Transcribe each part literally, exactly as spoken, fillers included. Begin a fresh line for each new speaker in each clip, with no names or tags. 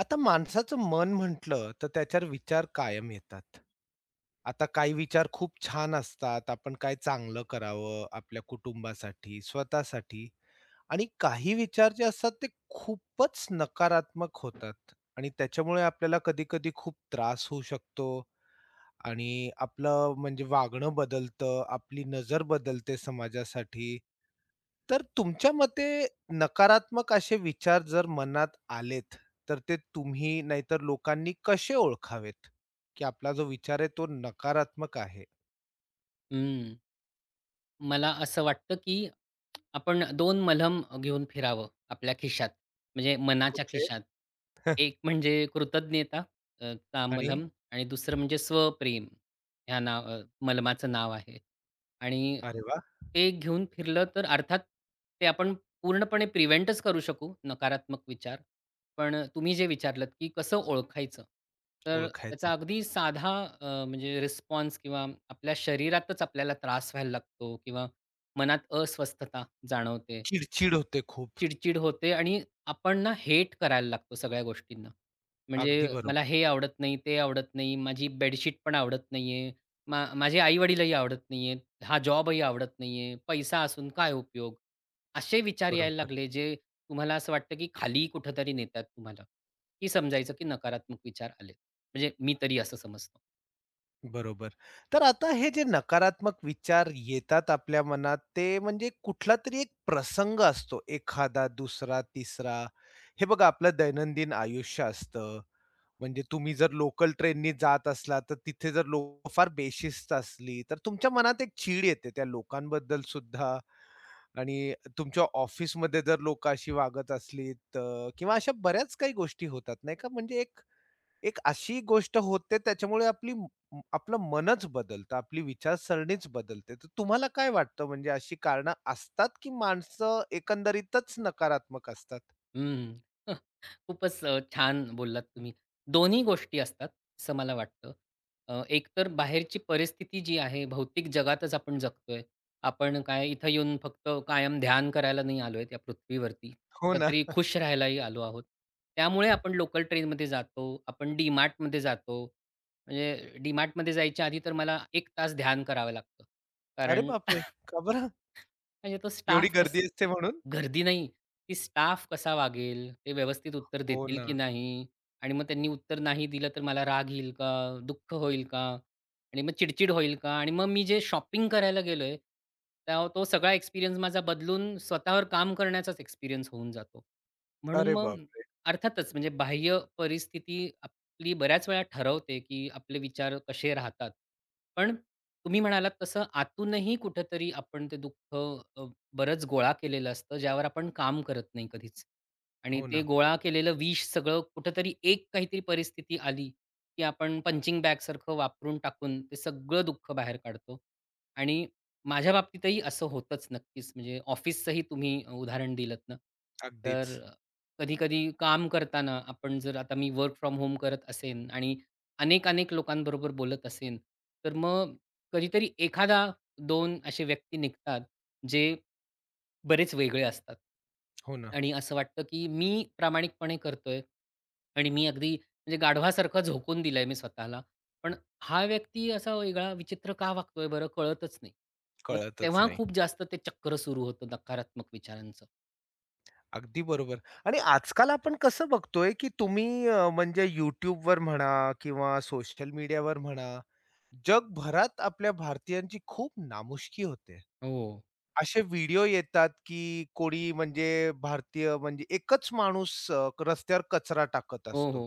आता माणसाचं मन म्हटलं तर त्याच्यावर विचार कायम येतात. आता काही विचार खूप छान असतात, आपण काय चांगलं करावं आपल्या कुटुंबासाठी, स्वतःसाठी आणि काही विचार जे असतात ते खूपच नकारात्मक होतात आणि त्याच्यामुळे आपल्याला कधी-कधी खूप त्रास होऊ शकतो आणि आपलं म्हणजे वागणं बदलतं, आपली नजर बदलते समाजासाठी तर तुमच्या मते नकारात्मक असे विचार जर मनात आलेत, तर ते तुम्ही नाहीतर लोकांनी कसे ओळखावेत? की आपला जो विचार आहे तो नकारात्मक आहे.
हं. मला असं वाटतं, की आपण दोन मलम घेऊन फिरावं आपल्या खिशात, म्हणजे मनाच्या
कुठले?
खिशात. एक म्हणजे कृतज्ञता अ, चा
आणि
मलम आणि दुसरं म्हणजे स्वप्रेम ह्या नाव अ, मलमाचं नाव आहे. आणि
अरे वाह!
ते घेऊन फिरलं तर अर्थात ते आपण पूर्णपणे प्रिव्हेंटच करू शकू नकारात्मक विचार. पण तुम्ही जे विचारलत, की कसं ओळखायचं? तर
ओळखायचं.
त्याचा अगदी साधा अ, म्हणजे रिस्पॉन्स किंवा आपल्या शरीरातच आपल्याला त्रास व्हायला लागतो किंवा मनात अस्वस्थता जाणवते.
चिडचिड होते खूप.
चिडचिड होते आणि आपण ना हेट करायला लागतो सगळ्या गोष्टींना. म्हणजे
अगदी
मला
बरोबर,
हे आवडत नाही, ते आवडत नाही, माझी बेडशीट पण आवडत नाहीये, मा माझे आई-वडीलही आवडत नाहीयेत, हा जॉबही आवडत नाहीये, पैसा असून काय उपयोग? असे विचार यायला
बरोबर,
लागले जे तुम्हाला असं वाटतं की खाली कुठेतरी नेतात तुम्हाला, की समजायचं की नकारात्मक विचार आले. म्हणजे मी तरी असं समजतो.
बरोबर. तर आता हे जे नकारात्मक विचार येतात आपल्या मनात, ते म्हणजे कुठलातरी एक प्रसंग असतो. एखादा, दुसरा, तिसरा. हे बघा आपलं दैनंदिन आयुष्य असतं. म्हणजे तुम्ही जर लोकल ट्रेननी जात असला, तर तिथे जर लोकं फार बेशिस्त असली, तर तुमच्या मनात एक चीड येते त्या लोकांबद्दल सुद्धा आणि तुमच्या ऑफिसमध्ये जर लोकं अशी वागत असली, तर किंवा अशा बऱ्याच काही गोष्टी होतात नाही का? म्हणजे एक एक अशी गोष्ट होते त्याच्यामुळे आपली म आपलं मनच बदलतं, आपली विचारसरणीच बदलते. तर तुम्हाला काय वाटतं म्हणजे अशी कारणं असतात, की माणसं एकंदरीतच नकारात्मक असतात?
हं. खूपच अ, छान बोललात तुम्ही. दोन्ही गोष्टी असतात असं मला वाटतं. अ, एकतर बाहेरची परिस्थिती जी आहे भौतिक जगातच आपण जगतोय. आपण काय इथं येऊन फक्त कायम ध्यान करायला नाही आलोय त्या पृथ्वीवरती.
हो ना.
कुठेतरी खुश राहायलाही आलो आहोत. त्यामुळे आपण लोकल ट्रेनमध्ये जातो. आपण डी जातो. म्हणजे डी जायच्या आधी तर मला एक तास ध्यान करावं लागतं.
अरे
कारण
बापरे! का बरं?
म्हणजे तो
एवढी
स्टाफ कस
गर्दी असते म्हणून?
गर्दी नाही, ती स्टाफ कसा वागेल? ते व्यवस्थित उत्तर
हो
देतील
ना.
की नाही? आणि मग त्यांनी उत्तर नाही दिलं तर मला राग येईल का? दुःख होईल का? आणि मग चिडचिड होईल का? आणि मग मी जे शॉपिंग करायला गेलोय, त्या तो सगळा एक्सपिरियन्स माझा बदलून स्वतःवर काम करण्याचाच एक्सपिरियन्स होऊन जातो. म्हणून
अरे
मग
बापरे!
अर्थातच म्हणजे बाह्य परिस्थिती ली बऱ्याच वेळा ठरवते, की आपले विचार कसे राहतात. पण तुम्ही म्हणालात तसं आतूनही कुठेतरी आपण ते दुःख अ, बरंच गोळा केलेलं असतं, ज्यावर आपण काम करत नाही कधीच. आणि
हो
ते
ना.
गोळा केलेलं विष सगळं कुठेतरी एक काहीतरी परिस्थिती आली, की आपण पंचिंग बॅगसारखं वापरून टाकून ते सगळं दुःख बाहेर काढतो. आणि माझ्या बाबतीतही असं होतंच नक्कीच. म्हणजे ऑफिसचंही तुम्ही उदाहरण दिलत ना, तर
अगदीच.
कधी-कधी काम करताना आपण जर आता मी वर्क फ्रॉम होम करत असेन आणि अनेक-अनेक लोकांबरोबर बोलत असेन, तर मग कधीतरी एखादा दोन असे व्यक्ती निघतात, जे बरेच वेगळे असतात.
हो ना.
आणि असं वाटतं, की मी प्रामाणिकपणे करतोय आणि मी अगदी म्हणजे गाढवासारखं झोकून दिलंय मी स्वतःला. पण हा व्यक्ती असा वेगळा विचित्र का वागतोय बरं कळतच नाही. मग
कळतच
तेव्हा
नाही.
खूप जास्त ते चक्र सुरू होतं नकारात्मक विचारांचं.
अगदी बरोबर. आणि आजकाल आपण कसं बघतोय, की तुम्ही अ, म्हणजे YouTubeवर म्हणा किंवा सोशल मीडियावर म्हणा, जगभरात आपल्या भारतीयांची खूप नामुष्की होते.
हो.
असे व्हिडिओ येतात, की कोणी म्हणजे भारतीय म्हणजे एकच माणूस अ, रस्त्यावर कचरा टाकत
हो,
असतो.
हो.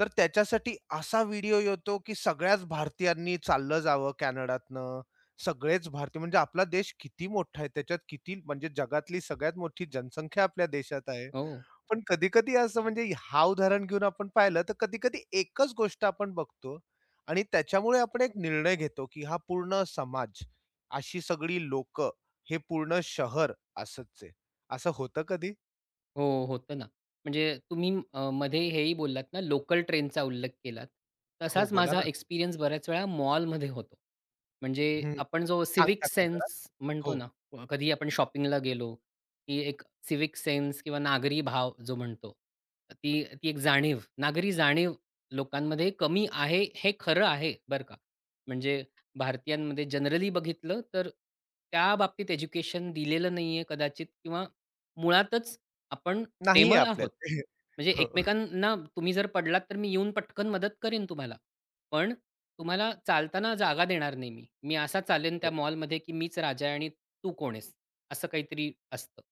तर त्याच्यासाठी असा व्हिडिओ येतो, की सगळ्याच भारतीयांनी चाललं जावं कॅनडातनं. सगळेच भारतीय म्हणजे आपला देश किती मोठा आहे, त्याच्यात किती म्हणजे जगातली सगळ्यात मोठी जनसंख्या आपल्या देशात आहे.
हो.
पण कधी-कधी असं म्हणजे हा उदाहरण घेऊन आपण पाहिलं, तर कधी-कधी एकच गोष्ट आपण बघतो आणि त्याच्यामुळे आपण एक निर्णय घेतो, की हा पूर्ण समाज, अशी सगळी लोक, हे पूर्ण शहर असंच आहे. असं होतं कधी?
हो, होतं ना. म्हणजे तुम्ही अ, मध्ये हेही बोललात ना, लोकल ट्रेनचा उल्लेख केलात.
हो,
तसाच
बोला
माझा
ना.
एक्सपिरियन्स बऱ्याच वेळा मॉलमध्ये होतो. म्हणजे
हं.
आपण जो सिविक
सांगता का जरा?
सेन्स म्हणतो
हो.
ना, कधी आपण शॉपिंगला गेलो, की एक सिव्हिक सेन्स किंवा नागरी भाव जो म्हणतो, ती ती एक जाणीव, नागरी जाणीव लोकांमध्ये कमी आहे, हे खरं आहे बरं का. म्हणजे भारतीयांमध्ये जनरली बघितलं तर त्या बाबतीत एज्युकेशन दिलेलं नाहीये कदाचित किंवा मुळातच आपण
नाही आहे
प्रेमळ आहोत.
आपल्यात.
म्हणजे
हो,
एकमेकांना तुम्ही जर पडलात, तर मी येऊन पटकन मदत करेन तुम्हाला. पण तुम्हाला चालताना जागा देणार नाही मी. मी असा चालेन त्या
हो.
मॉलमध्ये, की मीच राजा आहे आणि तू कोण आहेस? असं काहीतरी असतं.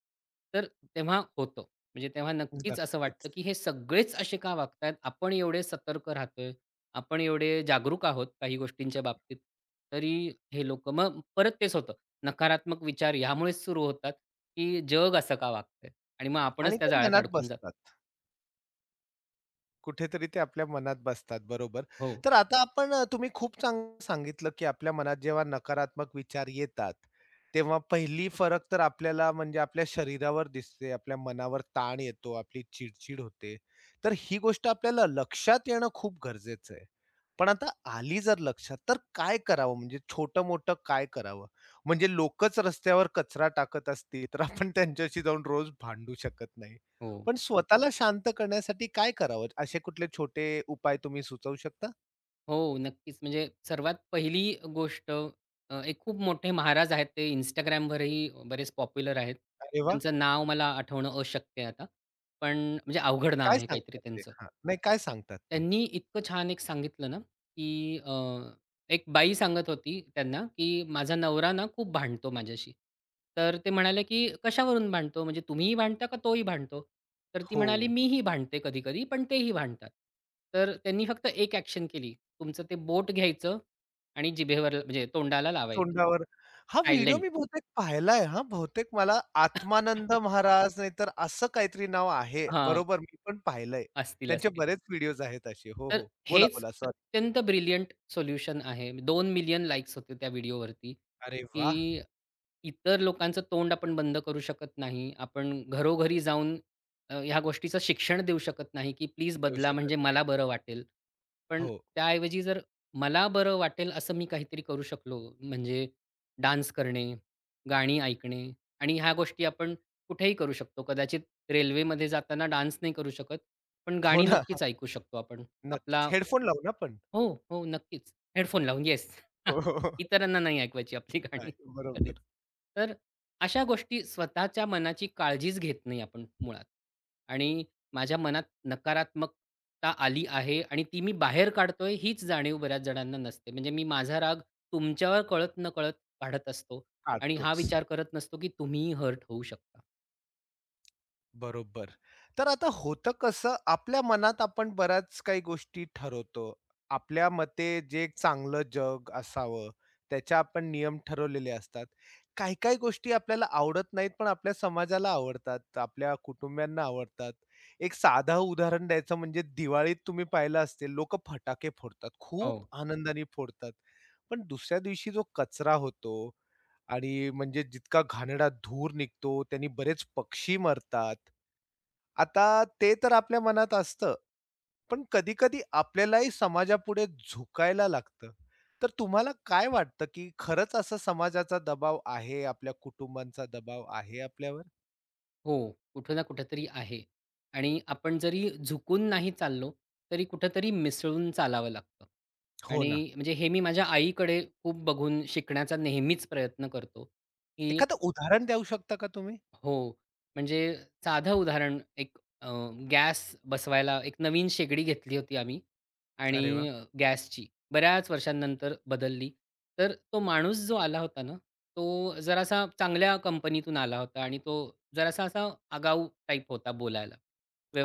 तर तेव्हा होतं. म्हणजे तेव्हा नक्कीच असं
नक्कीच.
वाटतं, की हे सगळेच असे का वागतायत? आपण एवढे सतर्क राहतोय, आपण एवढे जागरूक आहोत काही गोष्टींच्या बाबतीत, तरी हे लोकं मग परत तेच होतं. नकारात्मक विचार ह्यामुळेच सुरू होतात, की जग असं का वागतंय? आणि मग
आणि
आपणच त्या
ते
जाळ्यात
मनात
अडकून जातो.
बसतात. कुठेतरी ते आपल्या मनात बसतात, बरोबर.
हो,
तर आता आपण अ, तुम्ही खूप चांगलं सांगितलं, की आपल्या मनात जेव्हा नकारात्मक विचार येतात, तेव्हा पहिली फरक तर आपल्याला म्हणजे आपल्या शरीरावर दिसते, आपल्या मनावर ताण येतो, आपली चिड होते. तर ही गोष्ट आपल्याला लक्षात येणं खूप गरजेचं आहे. पण आता आली जर लक्षात, तर काय करावं? म्हणजे छोटं-मोठं काय करावं? म्हणजे लोकच रस्त्यावर कचरा टाकत असतील, तर आपण त्यांच्याशी जाऊन रोज भांडू शकत नाही.
हो,
पण स्वतःला शांत करण्यासाठी काय करावं? असे कुठले छोटे उपाय तुम्ही सुचवू शकता?
हो, नक्कीच. म्हणजे सर्वात पहिली गोष्ट अ, एक खूप मोठे महाराज आहेत ते Instagramवरही बरेच पॉप्युलर आहेत.
अरे वाह!
त्यांचं नाव मला आठवणं अशक्य आहे आता. पण म्हणजे अवघड नाव
काय
आहे काहीतरी
सांगतात ते?
त्यांचं.
हां, नाही काय सांगतात ते?
त्यांनी इतकं छान एक सांगितलं ना, की एक बाई सांगत होती त्यांना, की "माझा नवरा ना खूप भांडतो माझ्याशी." तर ते म्हणाले, की "कशावरून भांडतो? म्हणजे तुम्हीही भांडता का तोही भांडतो?" तर ती
हो.
म्हणाली, "मीही भांडते कधी-कधी, पण तेही भांडतात." तर त्यांनी फक्त एक ॲक्शन केली. तुमचं ते बोट घ्यायचं आणि जिभेवर म्हणजे तोंडाला लावायचं.
तोंडावर हा व्हिडिओ मी
सायलेंट.
बहुतेक पाहिलाय हां. बहुतेक मला आत्मानंद महाराज नाहीतर असं काहीतरी नाव आहे.
हां.
बरोबर मी पण पाहिलंय.
असतील,
त्यांचे
असतील.
बरेच व्हिडिओज आहेत असे. हो,
तर
हो. बोला,
हेच
बोला. सॉरी.
अत्यंत ब्रिलियंट सोल्युशन आहे. दोन मिलियन लाइक्स होते त्या व्हिडिओवरती,
अरे
की
वाह!
इतर लोकांचं तोंड आपण बंद करू शकत नाही. आपण घरोघरी जाऊन अ, ह्या गोष्टीचं शिक्षण देऊ शकत नाही, की प्लीज
देऊ
बदला
शकत.
म्हणजे मला बरं वाटेल. पण
हो.
त्याऐवजी जर मला बरं वाटेल असं मी काहीतरी करू शकलो, म्हणजे डान्स करणे, गाणी ऐकणे आणि ह्या गोष्टी आपण कुठेही करू शकतो. कदाचित रेल्वेमध्ये जाताना डान्स नाही करू शकत, पण
हो
गाणी
ना.
नक्कीच ऐकू शकतो आपण.
नक्कीच.
आपला
हेडफोन लावू ना पण.
हो, हो, नक्कीच. हेडफोन लावून येस.
हो, हो, हो.
इतरांना नाही ऐकवायची आपली गाणी
नाही.
कधीच.
बरोबर.
तर अशा गोष्टी स्वतःच्या मनाची काळजीच घेत नाही आपण मुळात. आणि माझ्या मनात नकारात्मकता आली आहे आणि ती मी बाहेर काढतोय हीच जाणीव बऱ्याच जणांना नसते. म्हणजे मी माझा राग तुमच्यावर कळत-नकळत काढत असतो आणि हा
काढतोच.
विचार करत नसतो, की तुम्हीही हर्ट होऊ शकता.
बरोबर. तर आता होतं कसं, आपल्या मनात आपण बऱ्याच काही गोष्टी ठरवतो. आपल्या मते जे एक चांगलं जग असावं, त्याच्या आपण नियम ठरवलेले असतात. काही-काही गोष्टी आपल्याला आवडत नाहीत, पण आपल्या समाजाला आवडतात, आपल्या कुटुंबियांना आवडतात. एक साधं उदाहरण द्यायचं म्हणजे दिवाळीत तुम्ही पाहिलं असतील, लोकं फटाके फोडतात,
हो.
खूप आनंदाने फोडतात. पण दुसऱ्या दिवशी जो कचरा होतो, आणि म्हणजे जितका घाणेरडा धूर निघतो, त्यांनी बरेच पक्षी मरतात. आता ते तर आपल्या मनात असतं, पण कधी-कधी आपल्यालाही समाजापुढे झुकायला लागतं. तर तुम्हाला काय वाटतं, की खरंच असा समाजाचा दबाव आहे, आपल्या कुटुंबांचा दबाव आहे आपल्यावर?
हो, कुठं ना कुठेतरी आहे. आणि आपण जरी झुकून नाही चाललो, तरी कुठेतरी मिसळून चालावं लागतं.
हो ना.
आणि म्हणजे हे मी माझ्या आईकडे खूप बघून शिकण्याचा नेहमीच प्रयत्न करतो, की
एखादं उदाहरण देऊ शकता का तुम्ही?
हो. म्हणजे साधं उदाहरण एक अ, गॅस बसवायला एक नवीन शेगडी घेतली होती आम्ही
अरे वाह!
आणि अ, गॅसची बऱ्याच वर्षांनंतर बदलली. तर तो माणूस जो आला होता ना, तो जरासा चांगल्या कंपनीतून आला होता आणि तो जरासा असा आगाऊ टाइप होता बोलायला.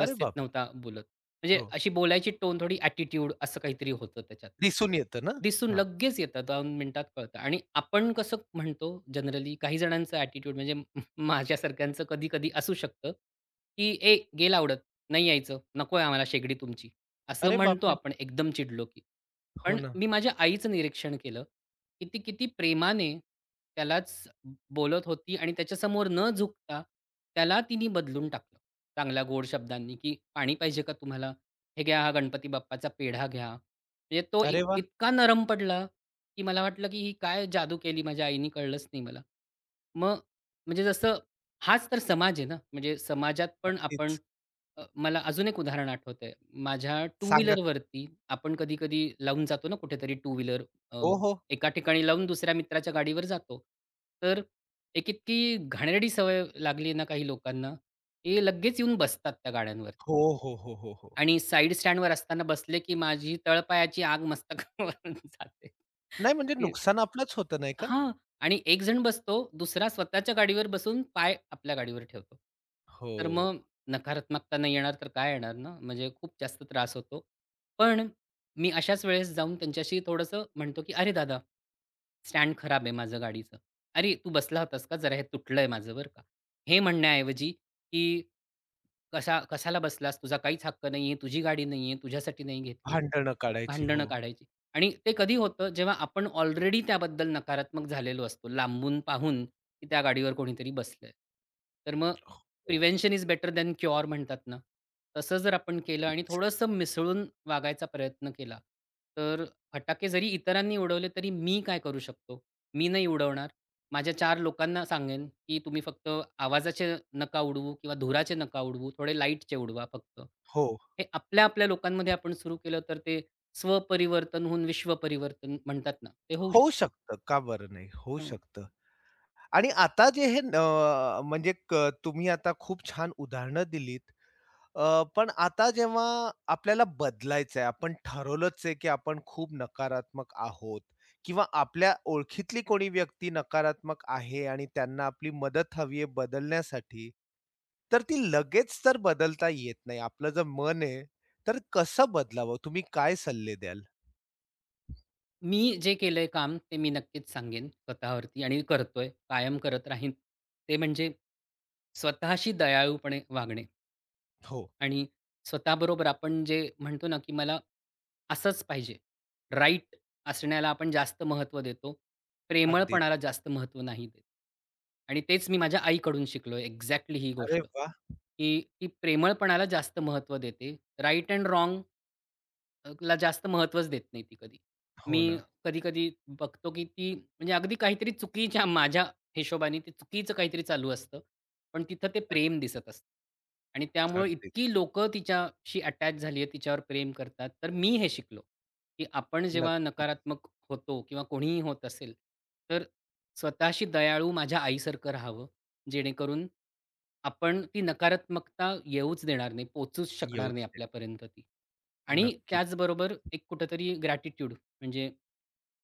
अरे बापरे!
नव्हता बोलत. म्हणजे
हो.
अशी बोलायची टोन थोडी ॲटिट्यूड असं काहीतरी होतं त्याच्यात.
दिसून येतं ना?
दिसून
हां.
लगेच येतं दोन मिनिटात कळतं आणि आपण कसं म्हणतो जनरली काही जणांचं ॲटिट्यूड म्हणजे म- माझ्यासारख्यांचं कधी-कधी असू शकतं, की "ए, गेल आवडत, नाही यायचं, नको आम्हाला शेगडी तुमची." असं
अरे
म्हणतो
बापरे!
आपण एकदम चिडलो की.
हो
पण
ना.
मी माझ्या आईचं निरीक्षण केलं, की ती किती प्रेमाने त्यालाच बोलत होती आणि त्याच्यासमोर न झुकता त्याला तिने बदलून टाकलं. चांगल्या गोड शब्दांनी, की "पाणी पाहिजे का तुम्हाला? हे घ्या हा गणपती बाप्पाचा पेढा घ्या." म्हणजे तो इत
अरे वाह!
इतका नरम पडला, की मला वाटलं की ही काय जादू केली माझ्या आईनी कळलंच नाही मला. मग म्हणजे जसं हाच तर समाज आहे ना, म्हणजे समाजात पण
अगदीच.
आपण अ, मला अजून एक उदाहरण आठवतंय. माझ्या टू
सांगा की.
व्हीलरवरती आपण कधी-कधी लावून जातो ना कुठेतरी टू व्हीलर अ,
हो, हो.
एका ठिकाणी लावून दुसऱ्या मित्राच्या गाडीवर जातो. तर एक इतकी घाणेरडी सवय लागली आहे ना काही लोकांना, ते लगेच येऊन बसतात त्या गाड्यांवरती
हो, हो, हो, हो, हो.
आणि साइड स्टँडवर असताना बसले की माझी तळपायाची आग मस्तकावर जाते.
नाही म्हणजे नुकसान आपलंच होतं नाही का?
हां. आणि एक जण बसतो, दुसरा स्वतःच्या गाडीवर बसून पाय आपल्या गाडीवर ठेवतो.
हो.
तर मग नकारात्मकता नाही येणार तर काय येणार ना? म्हणजे खूप जास्त त्रास होतो. पण मी अशाच वेळेस जाऊन त्यांच्याशी थोडंसं म्हणतो, की "अरे दादा, स्टँड खराब आहे माझं गाडीचं. अरे तू बसला होतास का? जरा हे तुटलंय माझं बरं का." हे म्हणण्याऐवजी, की "कसा कशाला बसलास? तुझा काहीच हक्क नाहीये. तुझी गाडी नाहीये. तुझ्यासाठी नाही घेतलीये."
भांडणं काढायची.
भांडणं
हो.
काढायची. आणि ते कधी होतं जेव्हा आपण ऑलरेडी त्याबद्दल नकारात्मक झालेलो असतो, लांबून पाहून की त्या गाडीवर कोणीतरी बसलंय. तर मग
हो.
Prevention is better than cure म्हणतात ना, तसं जर आपण केलं आणि थोडंसं मिसळून वागायचा प्रयत्न केला, तर फटाके जरी इतरांनी उडवले तरी मी काय करू शकतो? मी नाही उडवणार. माझ्या चार लोकांना सांगेन की तुम्ही फक्त आवाजाचे नका उडवू किंवा धुराचे नका उडवू, थोडे लाईटचे उडवा फक्त.
हो.
हे आपल्या-आपल्या लोकांमध्ये आपण सुरू केलं तर ते स्वपरिवर्तन होऊन विश्वपरिवर्तन म्हणतात ना, ते होऊ
होऊ
शकतं.
शकतं. का बरं नाही? होऊ
हं.
शकतं. आणि आता जे हे अ, म्हणजे क तुम्ही आता खूप छान उदाहरणं दिलीत. अ, पण आता जेव्हा आपल्याला बदलायचं आहे, आपण ठरवलंच आहे, की आपण खूप नकारात्मक आहोत किंवा आपल्या ओळखीतली कोणी व्यक्ती नकारात्मक आहे आणि त्यांना आपली मदत हवी आहे बदलण्यासाठी, तर ती लगेच तर बदलता येत नाही. आपलं जर मन आहे, तर कसं बदलावं? तुम्ही काय सल्ले द्याल?
मी जे केलंय काम ते मी नक्कीच सांगेन स्वतःवरती आणि करतोय, कायम करत राहीन. ते म्हणजे स्वतःशी दयाळूपणे वागणे
हो,
आणि स्वतःबरोबर आपण जे म्हणतो ना, की मला असंच पाहिजे. राईट असण्याला आपण जास्त महत्त्व देतो.
अगदी.
प्रेमळपणाला जास्त महत्त्व नाही देत. आणि तेच मी माझ्या आईकडून शिकलोय एक्झॅक्टली ही
अरे
गोष्ट,
वाह!
की ती प्रेमळपणाला जास्त महत्त्व देते. राइट एंड राँग अ, ला जास्त महत्त्वच देत नाही ती कधी.
हो
मी
ना.
कधी-कधी बघतो, की ती म्हणजे अगदी काहीतरी चुकीच्या माझ्या हिशोबाने ते चुकीचं काहीतरी चालू असतं. पण तिथं ते
अगदी,
प्रेम दिसत असतं. आणि त्यामुळे
अगदी.
इतकी लोकं तिच्याशी अटॅच झाली आहे, तिच्यावर प्रेम करतात. तर मी हे शिकलो, की आपण जेव्हा
नक्कीच.
नकारात्मक होतो किंवा कोणीही होत असेल, तर स्वतःशी दयाळू माझ्या आईसारखं राहावं. जेणेकरून आपण ती नकारात्मकता येऊच देणार नाही, पोहोचूच शकणार
येऊच
नाही
दे.
आपल्यापर्यंत ती. आणि
नक्कीच.
त्याचबरोबर एक कुठेतरी ग्रॅटिट्यूड म्हणजे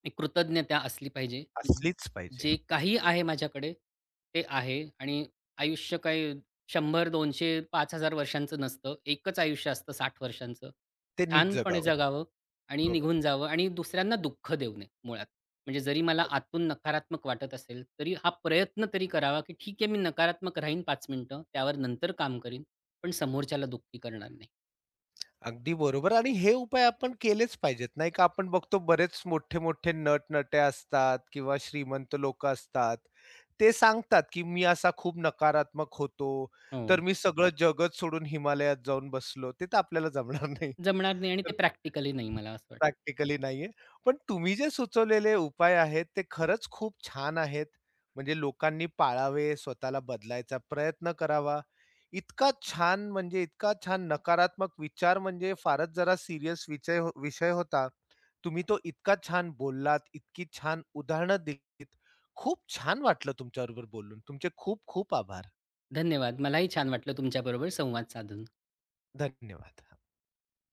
एक कृतज्ञता असली पाहिजे, की
असलीच पाहिजे.
जे काही आहे माझ्याकडे ते आहे आणि आयुष्य काही शंभर, दोनशे, पाच हजार वर्षांचं नसतं. एकच आयुष्य असतं साठ वर्षांचं.
ते नीट
छानपणे
जगावं.
जगावं आणि
हो.
निघून जावं आणि दुसऱ्यांना दुःख देऊ नये मुळात. म्हणजे जरी मला आतून नकारात्मक वाटत असेल, तरी हा प्रयत्न तरी करावा, की ठीक आहे मी नकारात्मक राहीन पाच मिनिटं, त्यावर नंतर काम करीन, पण समोरच्याला दुःखी करणार नाही.
अगदी बरोबर आणि हे उपाय आपण केलेच पाहिजेत, नाही का? आपण बघतो बरेच मोठे-मोठे नट-नट्या असतात किंवा श्रीमंत लोकं असतात. ते सांगतात, की "मी असा खूप नकारात्मक होतो,
हो.
तर मी सगळं जगत सोडून हिमालयात जाऊन बसलो." ते तर आपल्याला जमणार नाही.
जमणार नाही आणि
तर
ते प्रॅक्टिकली नाही मला असं वाटतं.
प्रॅक्टिकली नाहीये. पण तुम्ही जे सुचवलेले उपाय आहेत, ते खरंच खूप छान आहेत. म्हणजे लोकांनी पाळावे, स्वतःला बदलायचा प्रयत्न करावा. इतका छान म्हणजे इतका छान नकारात्मक विचार म्हणजे फारच जरा सीरियस विचय विषय होता. तुम्ही तो इतका छान बोललात, इतकी छान उदाहरणं दिलीत. खूप छान वाटलं तुमच्याबरोबर बोलून. तुमचे खूप खूप आभार.
धन्यवाद. मलाही छान वाटलं तुमच्याबरोबर संवाद साधून.
धन्यवाद.